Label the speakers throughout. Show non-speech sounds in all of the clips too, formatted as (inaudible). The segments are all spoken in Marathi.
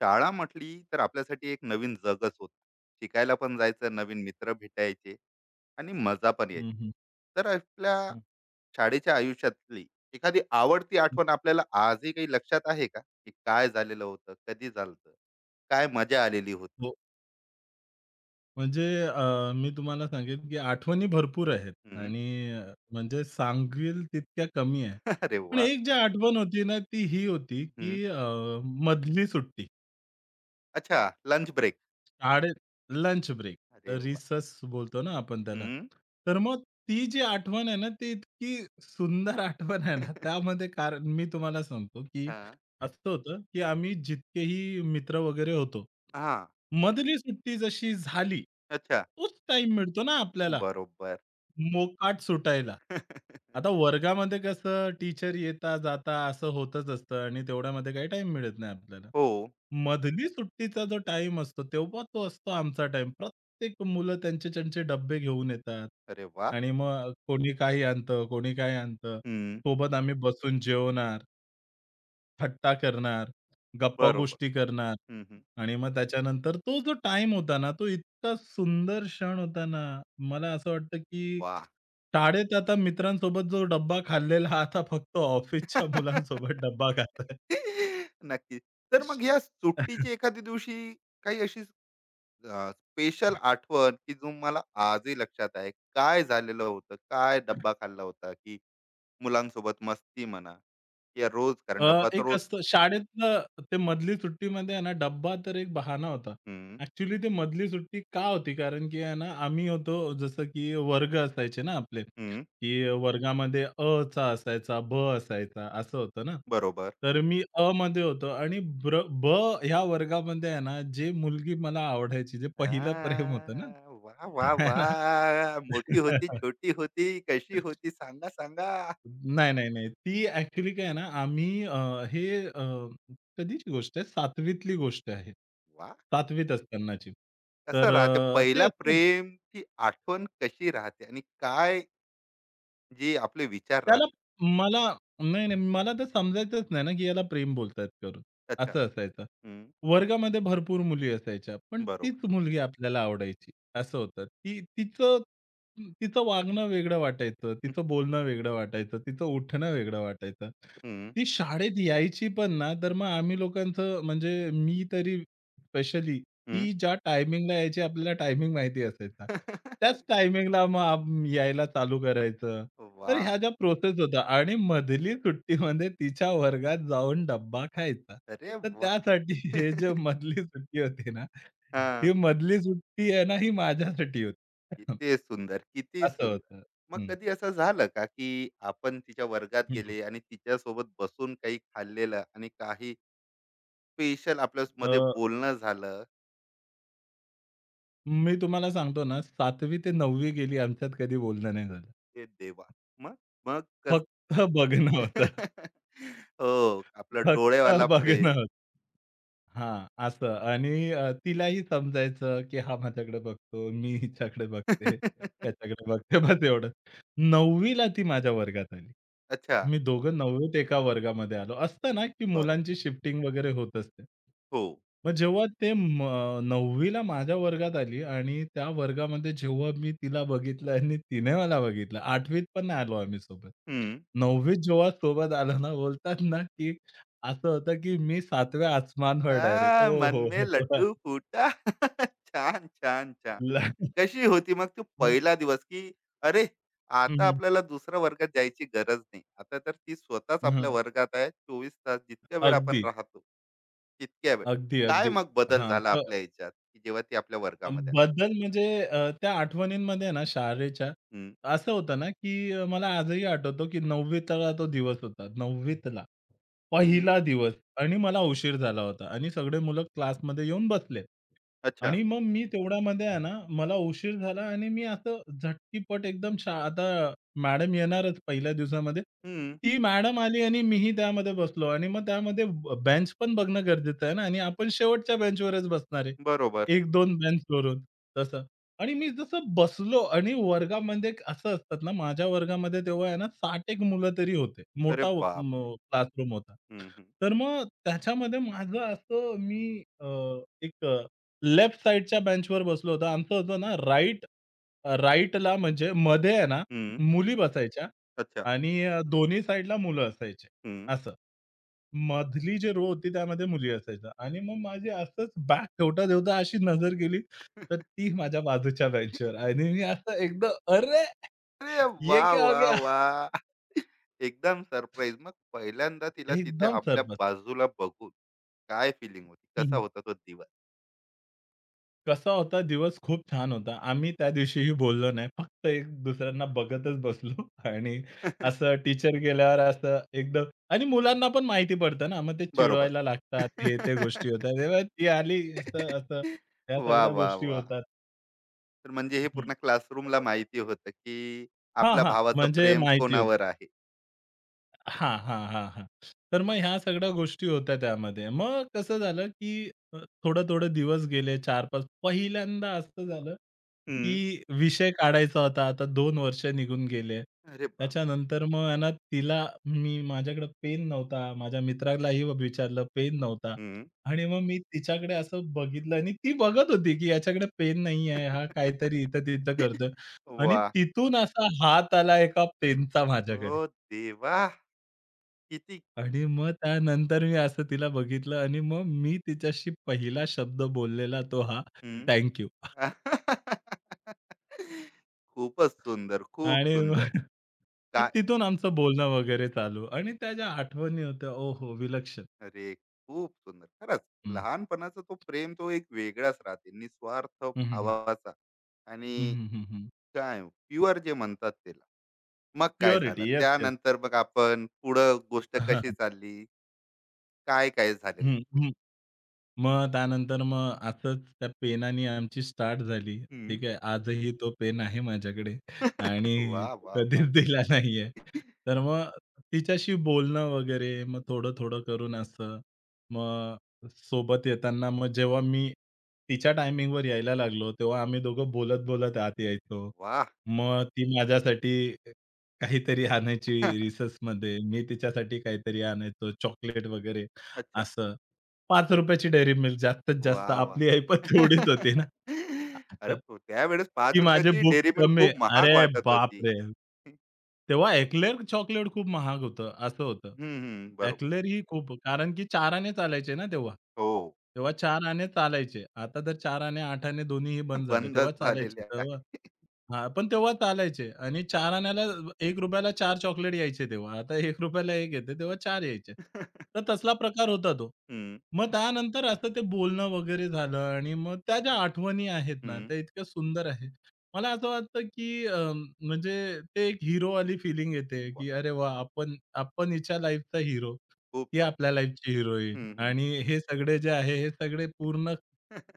Speaker 1: शाळा म्हटली तर आपल्यासाठी एक नवीन जगच होत. शिकायला पण जायचं, नवीन मित्र भेटायचे आणि मजा पण यायची.
Speaker 2: हं, हं.
Speaker 1: तर आपल्या
Speaker 2: हं.
Speaker 1: शाळेच्या आयुष्यातली एखादी आवडती
Speaker 2: हं.
Speaker 1: आठवण आपल्याला आजही काही लक्षात आहे का? की काय झालेलं होतं, कधी झालं, काय मजा आलेली होती?
Speaker 2: हो. म्हणजे मी तुम्हाला सांगेल, की आठवणी भरपूर आहेत
Speaker 1: हम्म.
Speaker 2: आणि म्हणजे सांगेल तितक्या कमी आहे.
Speaker 1: (laughs) अरे
Speaker 2: पण
Speaker 1: वा.
Speaker 2: एक जी आठवण होती ना, ती ही होती,
Speaker 1: हम्म.
Speaker 2: की मधली सुट्टी,
Speaker 1: अच्छा, लंच ब्रेक.
Speaker 2: शाळेत लंच ब्रेक,
Speaker 1: अरे वा.
Speaker 2: रिसेस बोलतो ना आपण त्याला.
Speaker 1: हम्म.
Speaker 2: तर मग ती जी आठवण आहे ना, ती इतकी सुंदर आठवण आहे ना,
Speaker 1: (laughs)
Speaker 2: त्यामध्ये कारण मी तुम्हाला सांगतो, की
Speaker 1: हा.
Speaker 2: असं होतं, की आम्ही जितकेही मित्र वगैरे होतो.
Speaker 1: हा.
Speaker 2: मधली सुट्टी जशी झाली,
Speaker 1: अच्छा.
Speaker 2: तोच टाईम मिळतो ना आपल्याला,
Speaker 1: बरोबर.
Speaker 2: मोकाट सुटायला.
Speaker 1: (laughs)
Speaker 2: आता वर्गामध्ये कसं टीचर येता-जाता असं होतच असतं आणि तेवढ्यामध्ये काही टाईम मिळत नाही आपल्याला.
Speaker 1: हो.
Speaker 2: मधली सुट्टीचा जो टाईम असतो, तेव्हा तो असतो आमचा टाईम. प्रत्येक मुलं त्यांचे त्यांचे डब्बे घेऊन येतात
Speaker 1: अरे वा.
Speaker 2: आणि मग कोणी काही आणतं, कोणी काही आणतं.
Speaker 1: हम्म.
Speaker 2: सोबत आम्ही बसून जेवणार. थट्टा करणार,
Speaker 1: बरोबर.
Speaker 2: गप्पा-गोष्टी करणार
Speaker 1: हम्म, हम्म.
Speaker 2: आणि मग त्याच्यानंतर तो जो टाईम होता ना, तो इतका सुंदर क्षण होता ना, मला असं वाटतं की
Speaker 1: वा.
Speaker 2: शाळेत आता मित्रांसोबत जो डब्बा खाल्लेला, आता फक्त ऑफिसच्या
Speaker 1: (laughs)
Speaker 2: मुलांसोबत डब्बा खातोय.
Speaker 1: नक्की. तर मग या सुट्टीची एखाद्या दिवशी काही अशी स्पेशल आठवण, की जो मला आजही लक्षात आहे. काय झालेलं होतं? काय डब्बा खाल्ला होता? की मुलांसोबत मस्ती म्हणा, या रोज,
Speaker 2: अ,
Speaker 1: कारण डब्बा तर
Speaker 2: एक
Speaker 1: रोज.
Speaker 2: असतं शाळेतलं ते मधली सुट्टीमध्ये आहे ना, डब्बा तर एक बहाणा होता.
Speaker 1: हं,
Speaker 2: ॲक्चुअली ती मधली सुट्टी का होती? कारण की आहे ना, आम्ही होतो जसं की वर्ग असायचे ना आपले,
Speaker 1: हं.
Speaker 2: की वर्गामध्ये अ चा असायचा, ब असायचा असं होतं ना.
Speaker 1: बरोबर.
Speaker 2: तर मी अ मध्ये होतो आणि ब ह्या वर्गामध्ये आहे ना, जे मुलगी मला आवडायची, जे पहिलं प्रेम होतं ना,
Speaker 1: हां. वाह! वाह!
Speaker 2: आहे ना.
Speaker 1: वाह! मोठी होती,
Speaker 2: (laughs)
Speaker 1: छोटी होती, कशी होती? सांगा, सांगा.
Speaker 2: नाही, नाही, नाही. ती ॲक्चुअली काय आहे ना, हे अ, कधीची गोष्ट आहे 7वीतली गोष्ट आहे.
Speaker 1: वाह!
Speaker 2: 7वीत असतानाची.
Speaker 1: कसं
Speaker 2: तर
Speaker 1: राहते
Speaker 2: ते
Speaker 1: पहिला
Speaker 2: असतं
Speaker 1: प्रेमची आठवण, कशी राहते आणि काय, जे आपले विचार
Speaker 2: त्याला
Speaker 1: राहत.
Speaker 2: मला नाही, नाही. मला तर समजायचंच नाही ना, की याला प्रेम बोलतायत करून.
Speaker 1: अच्छा.
Speaker 2: असं असायचं.
Speaker 1: हम्म,
Speaker 2: वर्गामध्ये भरपूर मुली असायच्या, पण
Speaker 1: बरोबर.
Speaker 2: तीच मुलगी आपल्याला आवडायची, असं होतं. ती तिचं तिचं वागणं वेगळं वाटायचं, तिचं बोलणं वेगळं वाटायचं, तिचं उठणं वेगळं वाटायचं.
Speaker 1: हम्म,
Speaker 2: ती शाळेत यायची पण ना, तर मग आम्ही लोकांचं म्हणजे मी तरी स्पेशली
Speaker 1: हम्म.
Speaker 2: ती ज्या टायमिंगला यायची आपल्याला टायमिंग माहिती असायचा.
Speaker 1: (laughs) अरे
Speaker 2: त्याच टायमिंगला मग आम यायला चालू करायचं. तर
Speaker 1: वा.
Speaker 2: ह्या ज्या प्रोसेस होत्या आणि मधली सुट्टीमध्ये तिच्या वर्गात जाऊन डब्बा खायचा.
Speaker 1: अरे
Speaker 2: तर
Speaker 1: वा.
Speaker 2: त्यासाठी (laughs) हे जे
Speaker 1: (laughs)
Speaker 2: मधली सुट्टी होती ना,
Speaker 1: हा.
Speaker 2: ही मधली सुट्टी आहे ना, ही माझ्यासाठी होती. (laughs)
Speaker 1: किती सुंदर, किती
Speaker 2: असं
Speaker 1: सुंदर.
Speaker 2: होतं.
Speaker 1: मग
Speaker 2: हं.
Speaker 1: कधी असं झालं का, की आपण तिच्या वर्गात
Speaker 2: हं,
Speaker 1: गेले आणि तिच्यासोबत बसून काही खाल्लेलं आणि काही स्पेशल आपल्या
Speaker 2: अ,
Speaker 1: मध्ये बोलणं झालं?
Speaker 2: मी तुम्हाला सांगतो ना, 7वी ते 9वी गेली आमच्यात कधी बोलणं नाही झालं.
Speaker 1: ते देवा. मग मग कस.
Speaker 2: फक्त बघणं होतं.
Speaker 1: (laughs) हो, आपलं
Speaker 2: फक्त
Speaker 1: डोळेवाला प्रेम.
Speaker 2: बघणं. हां, असं आणि तिलाही समजायचं, की हा माझ्याकडे बघतो, मी हिच्याकडे बघते,
Speaker 1: (laughs)
Speaker 2: याच्याकडे बघते, बस एवढंच. 9वी ला ती माझ्या वर्गात आली.
Speaker 1: अच्छा.
Speaker 2: मी दोघं 9वीत एका वर्गामध्ये आलो. असतं ना, की
Speaker 1: बरोबर.
Speaker 2: मुलांची शिफ्टिंग वगैरे होत असते.
Speaker 1: हो.
Speaker 2: मग जेव्हा ते म 9वी माझ्या वर्गात आली आणि त्या वर्गामध्ये जेव्हा मी तिला बघितलं आणि तिने मला बघितलं, 8वीत पण नाही आलो आम्ही सोबत.
Speaker 1: हम्म.
Speaker 2: 9वी जेव्हा सोबत आलं ना, बोलतात ना, की असं होतं, की मी 7व्या आसमानवर डायरेक्ट.
Speaker 1: आ,
Speaker 2: ओ
Speaker 1: मन
Speaker 2: हो,
Speaker 1: में
Speaker 2: हो, हो.
Speaker 1: लड्डू फुटा. (laughs) छान, छान, छान.
Speaker 2: ल
Speaker 1: कशी होती मग तू पहिला दिवस, की अरे,
Speaker 2: हं,
Speaker 1: आता
Speaker 2: हं,
Speaker 1: आपल्याला दुसऱ्या वर्गात जायची गरज नाही. आता तर ती स्वतःच आपल्या
Speaker 2: हं.
Speaker 1: वर्गात आहे. 24 तास जितक्या वेळ आपण
Speaker 2: अगदी,
Speaker 1: राहतो, तितक्या वेळ.
Speaker 2: अगदी,
Speaker 1: काय
Speaker 2: अगदी.
Speaker 1: मग बदल
Speaker 2: हां,
Speaker 1: झाला
Speaker 2: तर
Speaker 1: आपल्या ह्याच्यात, की जेव्हा ती आपल्या वर्गामध्ये आहे?
Speaker 2: बदल म्हणजे त्या आठवणींमध्ये ना शाळेच्या,
Speaker 1: हं,
Speaker 2: असं होतं ना, की मला आजही आठवतो, की 9वी तो दिवस होता. 9वी
Speaker 1: हं.
Speaker 2: पहिला दिवस आणि मला उशीर झाला होता आणि सगळे मुलं क्लासमध्ये येऊन बसले.
Speaker 1: अच्छा.
Speaker 2: आणि मग मी तेवढ्यामध्ये आहे ना, मला उशीर झाला आणि मी असं झटकीपट एकदम आता मॅडम येणारच पहिल्या दिवसामध्ये.
Speaker 1: हं.
Speaker 2: ती मॅडम आली आणि मीही त्यामध्ये बसलो आणि मग त्यामध्ये बेंच पण बघणं गरजेचं आहे ना आणि आपण शेवटच्या बेंचवरच बसणार आहे.
Speaker 1: बरोबर.
Speaker 2: 1-2 बेंच सोडून तसं. आणि मी जसं बसलो आणि वर्गामध्ये एक असं असतात ना, माझ्या वर्गामध्ये तेव्हा आहे ना 60 एक मुलं तरी होते.
Speaker 1: अरे
Speaker 2: मोठा
Speaker 1: बापरे!
Speaker 2: क्लासरूम होता.
Speaker 1: हं, हं,
Speaker 2: तर मग त्याच्यामध्ये माझं असं एक अ, लेफ्ट साइडच्या बेंचवर बसलो होतो. आमचं होतं ना राइटला म्हणजे मध्ये आहे ना
Speaker 1: हं.
Speaker 2: मुली बसायच्या
Speaker 1: अच्छा.
Speaker 2: आणि दोन्ही साइडला मुलं असायचे
Speaker 1: हं.
Speaker 2: असं. मधली जी रो होती त्यामध्ये मुली असायच्या आणि मग माझी असंच बॅग ठेवता-ठेवता अशी नजर गेली तर
Speaker 1: (laughs)
Speaker 2: ती माझ्या बाजूच्या बेंचवर आणि मी असं एकदम "अरे!
Speaker 1: अरे वा,
Speaker 2: ये क्या हो
Speaker 1: वा,
Speaker 2: गया?"
Speaker 1: वाह! एकदम सरप्राईज. मग पहिल्यांदा तिला तिथे
Speaker 2: एकदम
Speaker 1: आपल्या
Speaker 2: सर्वच.
Speaker 1: बाजूला बघून काय फीलिंग होती? कसा
Speaker 2: हं,
Speaker 1: होता तो दिवस?
Speaker 2: कसा होता दिवस खूप छान होता. आम्ही त्या दिवशीही बोललो नाही. फक्त एक दुसऱ्यांना बघतच बसलो आणि
Speaker 1: (laughs)
Speaker 2: असं टीचर गेल्यावर असं एकदम आणि मुलांना पण माहिती पडतं ना, मग ते
Speaker 1: बरोबर.
Speaker 2: चिडवायला लागतात. हे ते गोष्टी होतात. तेव्हा ती आली असं,
Speaker 1: (laughs)
Speaker 2: असं, ह्या
Speaker 1: वाह!
Speaker 2: सगळ्या
Speaker 1: वा,
Speaker 2: गोष्टी
Speaker 1: वा,
Speaker 2: होतात.
Speaker 1: तर म्हणजे हे
Speaker 2: हं.
Speaker 1: पूर्ण क्लासरूमला माहिती होतं, की
Speaker 2: हां,
Speaker 1: आपल्या
Speaker 2: हां.
Speaker 1: भावाचं
Speaker 2: म्हणजे
Speaker 1: प्रेम
Speaker 2: माहिती होतं.
Speaker 1: कोणावर आहे.
Speaker 2: हां, हां, हां, हां. तर मग ह्या सगळ्या गोष्टी होत्या त्यामध्ये. मग कसं झालं, की थोडं-थोडं दिवस गेले 4-5 पहिल्यांदा असं झालं, की
Speaker 1: हं.
Speaker 2: विषय काढायचा होता. आता 2 वर्ष निघून गेले.
Speaker 1: अरे बाप!
Speaker 2: त्याच्यानंतर मग आहे ना, मी माझ्याकडे पेन नव्हता. माझ्या मित्रालाही विचारलं, पेन नव्हता.
Speaker 1: हं.
Speaker 2: आणि मग मी तिच्याकडे असं बघितलं आणि ती बघत होती, की याच्याकडे पेन नाही आहे. हा काहीतरी इथं-तिथं करतोय. आणि
Speaker 1: वाह!
Speaker 2: तिथून असा हात आला एका पेनचा माझ्याकडे.
Speaker 1: ओ (laughs) देवा! किती.
Speaker 2: आणि मग त्यानंतर मी असं तिला बघितलं आणि मग मी तिच्याशी पहिला शब्द बोललेला तो हा थँक यू.
Speaker 1: (laughs) खूपच सुंदर, खूप
Speaker 2: आणि
Speaker 1: सुंदर.
Speaker 2: (laughs) मग मग
Speaker 1: काय.
Speaker 2: तिथून आमचं बोलणं वगैरे चालू आणि त्या ज्या आठवणी होत्या ओहो! विलक्षण.
Speaker 1: अरे, खूप सुंदर. खरंच
Speaker 2: हं.
Speaker 1: लहानपणाचा तो प्रेम तो एक वेगळाच राहते. निस्वार्थ
Speaker 2: हं,
Speaker 1: भावाचा आणि काय. प्युअर जे म्हणतात त्याला. मग काय झालं?
Speaker 2: Purity yes, yes.
Speaker 1: त्यानंतर मग आपण पुढं गोष्ट
Speaker 2: हां, हां.
Speaker 1: कशी
Speaker 2: (laughs)
Speaker 1: चालली? काय-काय झालेलं?
Speaker 2: त्यानंतर मग असंच त्या पेनानी आमची स्टार्ट झाली.
Speaker 1: हं.
Speaker 2: ठीक आहे. आजही तो पेन आहे माझ्याकडे आणि
Speaker 1: (laughs) वाह,
Speaker 2: तो
Speaker 1: वाह, वाह!
Speaker 2: कधीच दिला नाहीये. तर मग तिच्याशी बोलणं वगैरे मग थोडं-थोडं करून असं. मग सोबत येताना मग जेव्हा मी तिच्या टायमिंगवर यायला लागलो, तेव्हा आम्ही दोघं बोलत-बोलत आत यायचो.
Speaker 1: वाह!
Speaker 2: मग ती माझ्यासाठी काहीतरी आणायची
Speaker 1: (laughs) (laughs)
Speaker 2: रिसर्चमध्ये, मी तिच्यासाठी काहीतरी आणायचो, चॉकलेट वगैरे
Speaker 1: अच्छा.
Speaker 2: असं. ₹5 ची डेअरी मिल्क जास्तीत जास्त
Speaker 1: वाह! वाह!
Speaker 2: आपली आई पण तेवढीच होती ना.
Speaker 1: (laughs) अरे,
Speaker 2: असं.
Speaker 1: त्यावेळेस
Speaker 2: की
Speaker 1: ₹5
Speaker 2: माझे
Speaker 1: ची
Speaker 2: बुक्स
Speaker 1: डेअरी मिल्क
Speaker 2: कमी
Speaker 1: खूप महाग
Speaker 2: अरे
Speaker 1: वाटत होती.
Speaker 2: बापरे! तेव्हा एक्लेअर चॉकलेट खूप महाग होतं, असं होतं.
Speaker 1: हं, हं. बरोबर.
Speaker 2: एक्लेअर ही खूप कारण की 4 आणे चालायचे ना तेव्हा.
Speaker 1: हो.
Speaker 2: तेव्हा 4 आणे चालायचे. आता तर 4 आणे, 8 आणे दोन्हीही
Speaker 1: (laughs)
Speaker 2: बंद झाले. तेव्हा
Speaker 1: बंदच
Speaker 2: चालायचे.
Speaker 1: झालेले
Speaker 2: तेव्हा
Speaker 1: आहे.
Speaker 2: हां, पण तेव्हा चालायचे आणि 4 आण्याला ₹1 4 चॉकलेट यायचे तेव्हा. आता ₹1 1 येते, तेव्हा 4 यायचे.
Speaker 1: (laughs)
Speaker 2: तर तसला प्रकार होता तो.
Speaker 1: हं,
Speaker 2: मग त्यानंतर असं ते बोलणं वगैरे झालं आणि मग त्या ज्या आठवणी आहेत ना,
Speaker 1: हं.
Speaker 2: त्या इतक्या सुंदर आहेत. मला असं वाटतं, की म्हणजे ते एक हिरोवाली फीलिंग येते,
Speaker 1: वाह!
Speaker 2: की अरे वाह! आपण आपण हिच्या लाईफचा हिरो,
Speaker 1: खूप
Speaker 2: ही
Speaker 1: छान.
Speaker 2: आपल्या लाईफची हिरोईन
Speaker 1: हं, हं.
Speaker 2: आणि हे सगळे जे आहे, हे सगळे पूर्ण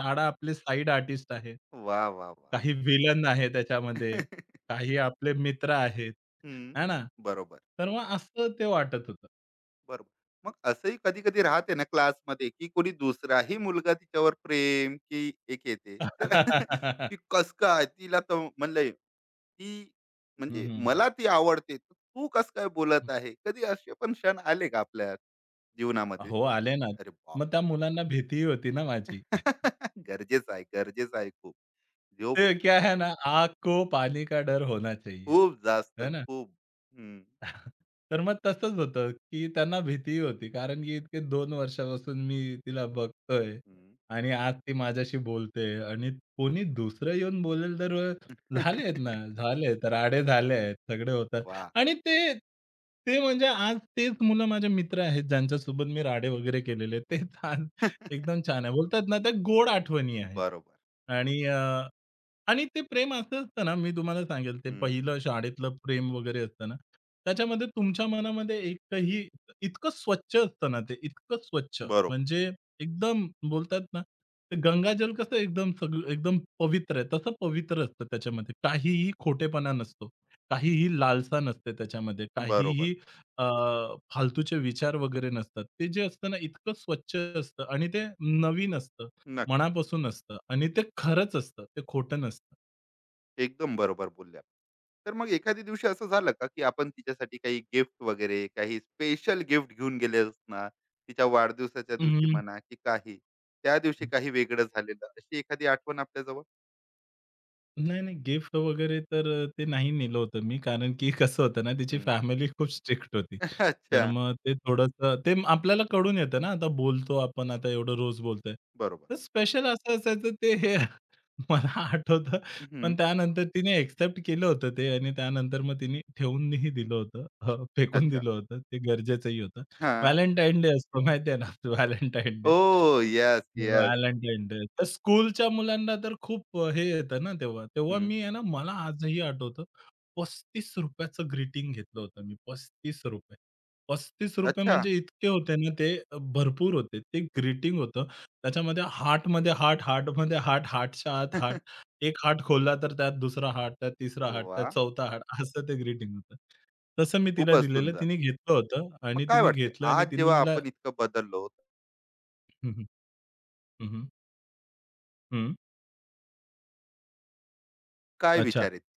Speaker 2: 6 आपले साइड आर्टिस्ट आहेत.
Speaker 1: वाह, वाह, वाह!
Speaker 2: काही विलन आहे
Speaker 1: हं.
Speaker 2: त्याच्यामध्ये,
Speaker 1: (laughs)
Speaker 2: काही आपले मित्र आहेत,
Speaker 1: (laughs)
Speaker 2: है ना?
Speaker 1: बरोबर,
Speaker 2: तर मग असं ते वाटत होतं.
Speaker 1: बरोबर. मग असंही कधी-कधी राहते ना क्लासमध्ये, की कोणी दुसराही मुलगा तिच्यावर प्रेम की एक येते, तर (laughs)
Speaker 2: (laughs)
Speaker 1: की कसं काय तिला, तर म्हणलं की
Speaker 2: हं,
Speaker 1: म्हणजे
Speaker 2: हं,
Speaker 1: मला ती आवडते, तर तू कसं काय बोलत आहे? कधी असे पण क्षण आले का आपल्या जीवनामध्ये?
Speaker 2: हो, आले ना.
Speaker 1: अरे बाप!
Speaker 2: मग त्या मुलांना भीतीही होती ना माझी. (laughs)
Speaker 1: (laughs) गरजेचं आहे, गरजेचं आहे खूप.
Speaker 2: ते
Speaker 1: झोप.
Speaker 2: क्या है ना, "आग को पानी का डर होना चाहिए."
Speaker 1: खूप जास्त,
Speaker 2: है ना?
Speaker 1: खूप. हं,
Speaker 2: तर मग तसंच होतं, की त्यांना भीती होती. कारण की इतके 2 वर्षापासून मी तिला बघतोय
Speaker 1: हं.
Speaker 2: आणि आज ती माझ्याशी बोलते आणि कोणी दुसरं येऊन बोलेल तर झालेत ना, झाले तर राडे झाले आहेत, सगळे होतात.
Speaker 1: वाह!
Speaker 2: आणि ते ते म्हणजे आज तेच मुलं माझे मित्र आहेत, ज्यांच्यासोबत मी राडे वगैरे केलेले. तेच आज एकदम
Speaker 1: (laughs)
Speaker 2: छान आहे. बोलतात ना, त्या गोड आठवणी
Speaker 1: (laughs)
Speaker 2: आहेत.
Speaker 1: बरोबर.
Speaker 2: आणि आणि ते प्रेम असं असतं ना, मी तुम्हाला सांगेल ते
Speaker 1: हं.
Speaker 2: पहिलं शाळेतलं प्रेम वगैरे असतं ना, त्याच्यामध्ये तुमच्या मनामध्ये एकही इतकं स्वच्छ असतं ना ते, इतकं स्वच्छ
Speaker 1: बरोबर,
Speaker 2: म्हणजे एकदम बोलतात ना, ते गंगाजल कसं एकदम सगळं एकदम पवित्र आहे, तसं पवित्र असतं त्याच्यामध्ये. काहीही खोटेपणा नसतो, काहीही लालसा नसते त्याच्यामध्ये,
Speaker 1: बरोबर.
Speaker 2: काहीही अ, फालतूचे विचार वगैरे नसतात. ते जे असतं ना, इतकं स्वच्छ असतं आणि ते नवीन असतं.
Speaker 1: नक्की.
Speaker 2: मनापासून असतं आणि ते खरंच असतं. ते खोटं नसतं.
Speaker 1: एकदम बरोबर बोलल्या. तर मग एखाद्या दिवशी असं झालं का, की आपण तिच्यासाठी काही गिफ्ट वगैरे, काही स्पेशल गिफ्ट घेऊन गेले असणार, तिच्या वाढदिवसाच्या दिवशी
Speaker 2: हं.
Speaker 1: म्हणा की काही, त्या दिवशी
Speaker 2: हं.
Speaker 1: काही वेगळं झालेलं, अशी एखादी आठवण आपल्याजवळ?
Speaker 2: नाही, नाही. गिफ्ट वगैरे तर ते नाही नेलं होतं मी. कारण की कसं होतं ना, तिची
Speaker 1: हं.
Speaker 2: फॅमिली (laughs) खूप स्ट्रिक्ट होती.
Speaker 1: (laughs)
Speaker 2: तर
Speaker 1: अच्छा.
Speaker 2: मग ते थोडंसं ते आपल्याला कळून येतं ना, आता बोलतो आपण, आता एवढं रोज बोलतोय.
Speaker 1: बरोबर.
Speaker 2: तर स्पेशल असं असायचं ते हे (laughs) मला आठवतं.
Speaker 1: हं.
Speaker 2: पण त्यानंतर तिने एक्सेप्ट केलं होतं ते आणि त्यानंतर मग तिने ठेवूनही दिलं होतं. फेकून
Speaker 1: अच्छा.
Speaker 2: दिलं होतं. ते गरजेचंही होतं.
Speaker 1: हां.
Speaker 2: व्हॅलेंटाईन डे असतो माहिती आहे ना, (laughs) Valentine day.
Speaker 1: Oh! Yes, yes.
Speaker 2: Valentine day. तर स्कूलच्या मुलांना तर खूप हे येतं ना तेव्हा. तेव्हा
Speaker 1: हं.
Speaker 2: मी आहे ना, मला आजही आठवतं ₹35 चं ग्रीटिंग घेतलं होतं मी. ₹35
Speaker 1: अच्छा.
Speaker 2: म्हणजे इतके होते ना ते भरपूर होते. ते ग्रीटिंग होतं. त्याच्यामध्ये हार्टमध्ये हार्ट, हार्टमध्ये हार्ट, हार्टच्या आत हार्ट.
Speaker 1: (laughs)
Speaker 2: एक हात खोलला तर त्यात दुसरा हात, त्यात तिसरा हात, त्यात
Speaker 1: वाह!
Speaker 2: चौथा हात (laughs) असं ते ग्रीटिंग होतं. तसं मी तिला
Speaker 1: खूपच
Speaker 2: दिलेलं.
Speaker 1: सुंदर.
Speaker 2: तिने घेतलं होतं
Speaker 1: मग
Speaker 2: आणि
Speaker 1: काय
Speaker 2: तिने
Speaker 1: वाटते,
Speaker 2: घेतलं आणि
Speaker 1: आज
Speaker 2: तिने
Speaker 1: जेव्हा
Speaker 2: मला
Speaker 1: आपण इतकं बदललो,
Speaker 2: हं, हं. हं, हं.
Speaker 1: काय
Speaker 2: अच्छा.
Speaker 1: विचार येते?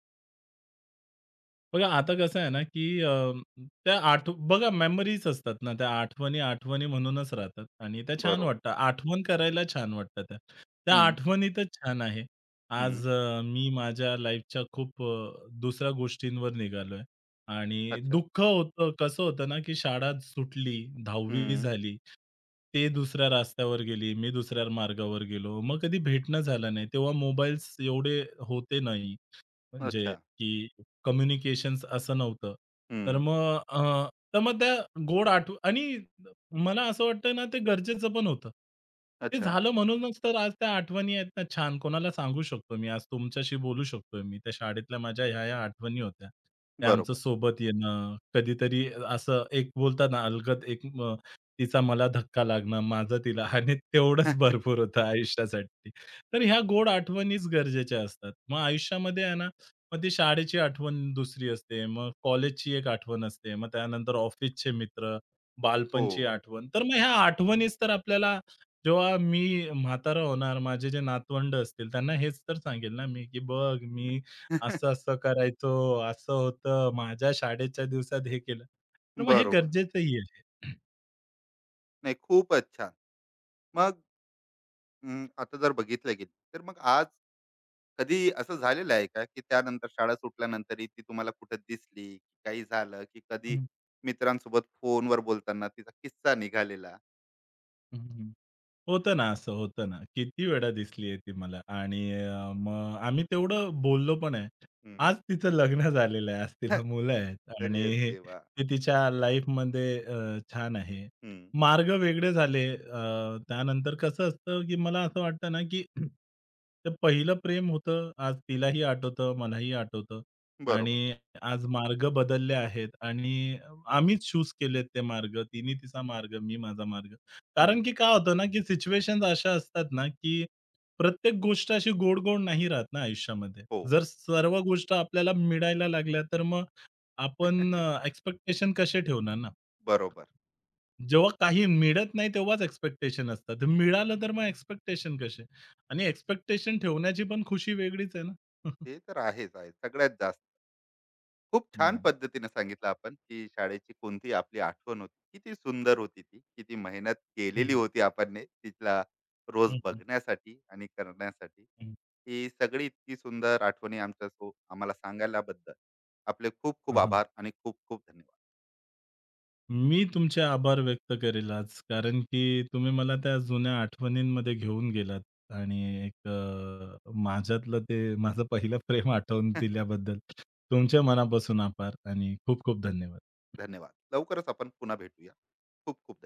Speaker 2: बघा आता कसं आहे ना, की त्या बघा मेमरीज असतात ना, त्या आठवणी, आठवणी म्हणूनच राहतात आणि त्या छान
Speaker 1: बरोबर.
Speaker 2: वाटतात. आठवण करायला छान वाटतात त्या. त्या
Speaker 1: हं,
Speaker 2: आठवणीतच छान आहे.
Speaker 1: हं.
Speaker 2: आज मी माझ्या लाईफच्या खूप दुसऱ्या गोष्टींवर निघालोय आणि
Speaker 1: अच्छा.
Speaker 2: दुःख होतं कसं होतं ना, की शाळा सुटली, 10वी
Speaker 1: हं.
Speaker 2: झाली. ते दुसऱ्या रस्त्यावर गेली, मी दुसऱ्या मार्गावर गेलो. मग कधी भेटणं झालं नाही. तेव्हा मोबाईल्स एवढे होते नाही. म्हणजे
Speaker 1: अच्छा.
Speaker 2: की कम्युनिकेशन्स असं नव्हतं. तर
Speaker 1: हं.
Speaker 2: मग तर मग त्या गोड आठव आणि मला असं वाटतं ना, ते गरजेचं पण होतं. ते
Speaker 1: अच्छा.
Speaker 2: झालं म्हणूनच तर आज त्या आठवणी आहेत ना छान. कोणाला सांगू शकतो मी, आज तुमच्याशी बोलू शकतोय मी. त्या शाळेतल्या माझ्या ह्या-ह्या आठवणी होत्या. ते आमचं
Speaker 1: बरोबर.
Speaker 2: सोबत येणं, कधीतरी असं एक बोलतात ना, अलगद एक तिचा मला धक्का लागणं, माझा तिला आणि तेवढंच
Speaker 1: (laughs)
Speaker 2: भरपूर होतं आयुष्यासाठी. तर ह्या गोड आठवणीच गरजेच्या असतात. मग आयुष्यामध्ये आहे ना मग ती शाळेची आठवण दुसरी असते. मग कॉलेजची एक आठवण असते. मग त्यानंतर ऑफिसचे मित्र,
Speaker 1: हो.
Speaker 2: बालपणची आठवण. तर मग ह्या आठवणीच तर आपल्याला जेव्हा मी म्हातारा होणार, माझे जे नातवंड असतील, त्यांना हेच तर सांगेल ना मी, की "बघ मी
Speaker 1: (laughs)
Speaker 2: असं-असं करायचो, असं होतं, माझ्या शाळेच्या दिवसात हे केलं." तर मग हे
Speaker 1: बरोबर.
Speaker 2: गरजेचंही आहे.
Speaker 1: नाही, खूपच छान. मग आता जर बघितलं गेलं, तर मग आज कधी असं झालेलं आहे का, की त्यानंतर शाळा सुटल्यानंतरही ती तुम्हाला कुठे दिसली, काही झालं, की कधी
Speaker 2: हं,
Speaker 1: मित्रांसोबत फोनवर बोलताना तिचा किस्सा निघालेला?
Speaker 2: हं, होतं ना, असं होतं ना. किती वेळा दिसली आहे ती मला आणि मग आम्ही तेवढं बोललो पण आहे.
Speaker 1: हं.
Speaker 2: आज तिचं लग्न (laughs) झालेलं आहे, आज तिला
Speaker 1: (laughs)
Speaker 2: मुलं आहेत
Speaker 1: अरे
Speaker 2: आणि
Speaker 1: देवा!
Speaker 2: ती तिच्या लाईफमध्ये छान आहे.
Speaker 1: हं.
Speaker 2: मार्ग वेगळे झाले. त्यानंतर कसं असतं, की मला असं वाटतं ना, की (clears throat) ते पहिलं प्रेम होतं, आज तिलाही आठवतं, मलाही आठवतं आणि
Speaker 1: बरोबर.
Speaker 2: आज मार्ग बदलले आहेत आणि आम्हीच चूज केलेत ते मार्ग. तिने तिचा मार्ग, मी माझा मार्ग. कारण
Speaker 1: हं.
Speaker 2: की काय होतं ना, की सिच्युएशन्स अशा असतात ना, की प्रत्येक गोष्ट अशी गोड-गोड नाही राहत ना आयुष्यामध्ये.
Speaker 1: हो.
Speaker 2: जर सर्व गोष्ट आपल्याला मिळायला लागल्या, तर मग आपण
Speaker 1: (laughs)
Speaker 2: एक्स्पेक्टेशन कसे ठेवणार ना?
Speaker 1: बरोबर.
Speaker 2: जेव्हा काही मिळत नाही तेव्हाच एक्स्पेक्टेशन असतात. ते मिळालं तर मग एक्स्पेक्टेशन कसे? आणि
Speaker 1: ते
Speaker 2: एक्स्पेक्टेशन ठेवण्याची पण खुशी वेगळीच आहे ना. (laughs)
Speaker 1: ते तर आहेच आहे. सगळ्यात जास्त. खूप छान
Speaker 2: हं.
Speaker 1: पद्धतीने सांगितलं आपण, की शाळेची कोणती आपली आठवण होती, किती सुंदर होती ती, किती मेहनत
Speaker 2: हं,
Speaker 1: केलेली
Speaker 2: हं.
Speaker 1: होती आपण, तिथला रोज
Speaker 2: हं, हं.
Speaker 1: बघण्यासाठी आणि करण्यासाठी. ही सगळी इतकी सुंदर आठवणी आम्हाला सांगायलाबद्दल आपले खूप खूप आभार आणि खूप खूप धन्यवाद.
Speaker 2: मी तुमचे आभार व्यक्त करेल आज, कारण की तुम्ही मला त्या जुन्या आठवणींमध्ये घेऊन गेलात आणि एक माझ्यातलं ते माझं पहिलं प्रेम आठवून
Speaker 1: (laughs)
Speaker 2: दिल्याबद्दल तुमच्या मनापासून आभार आणि खूप खूप धन्यवाद.
Speaker 1: धन्यवाद. लवकरच आपण पुन्हा भेटूया. खूप खूप धन्यवाद.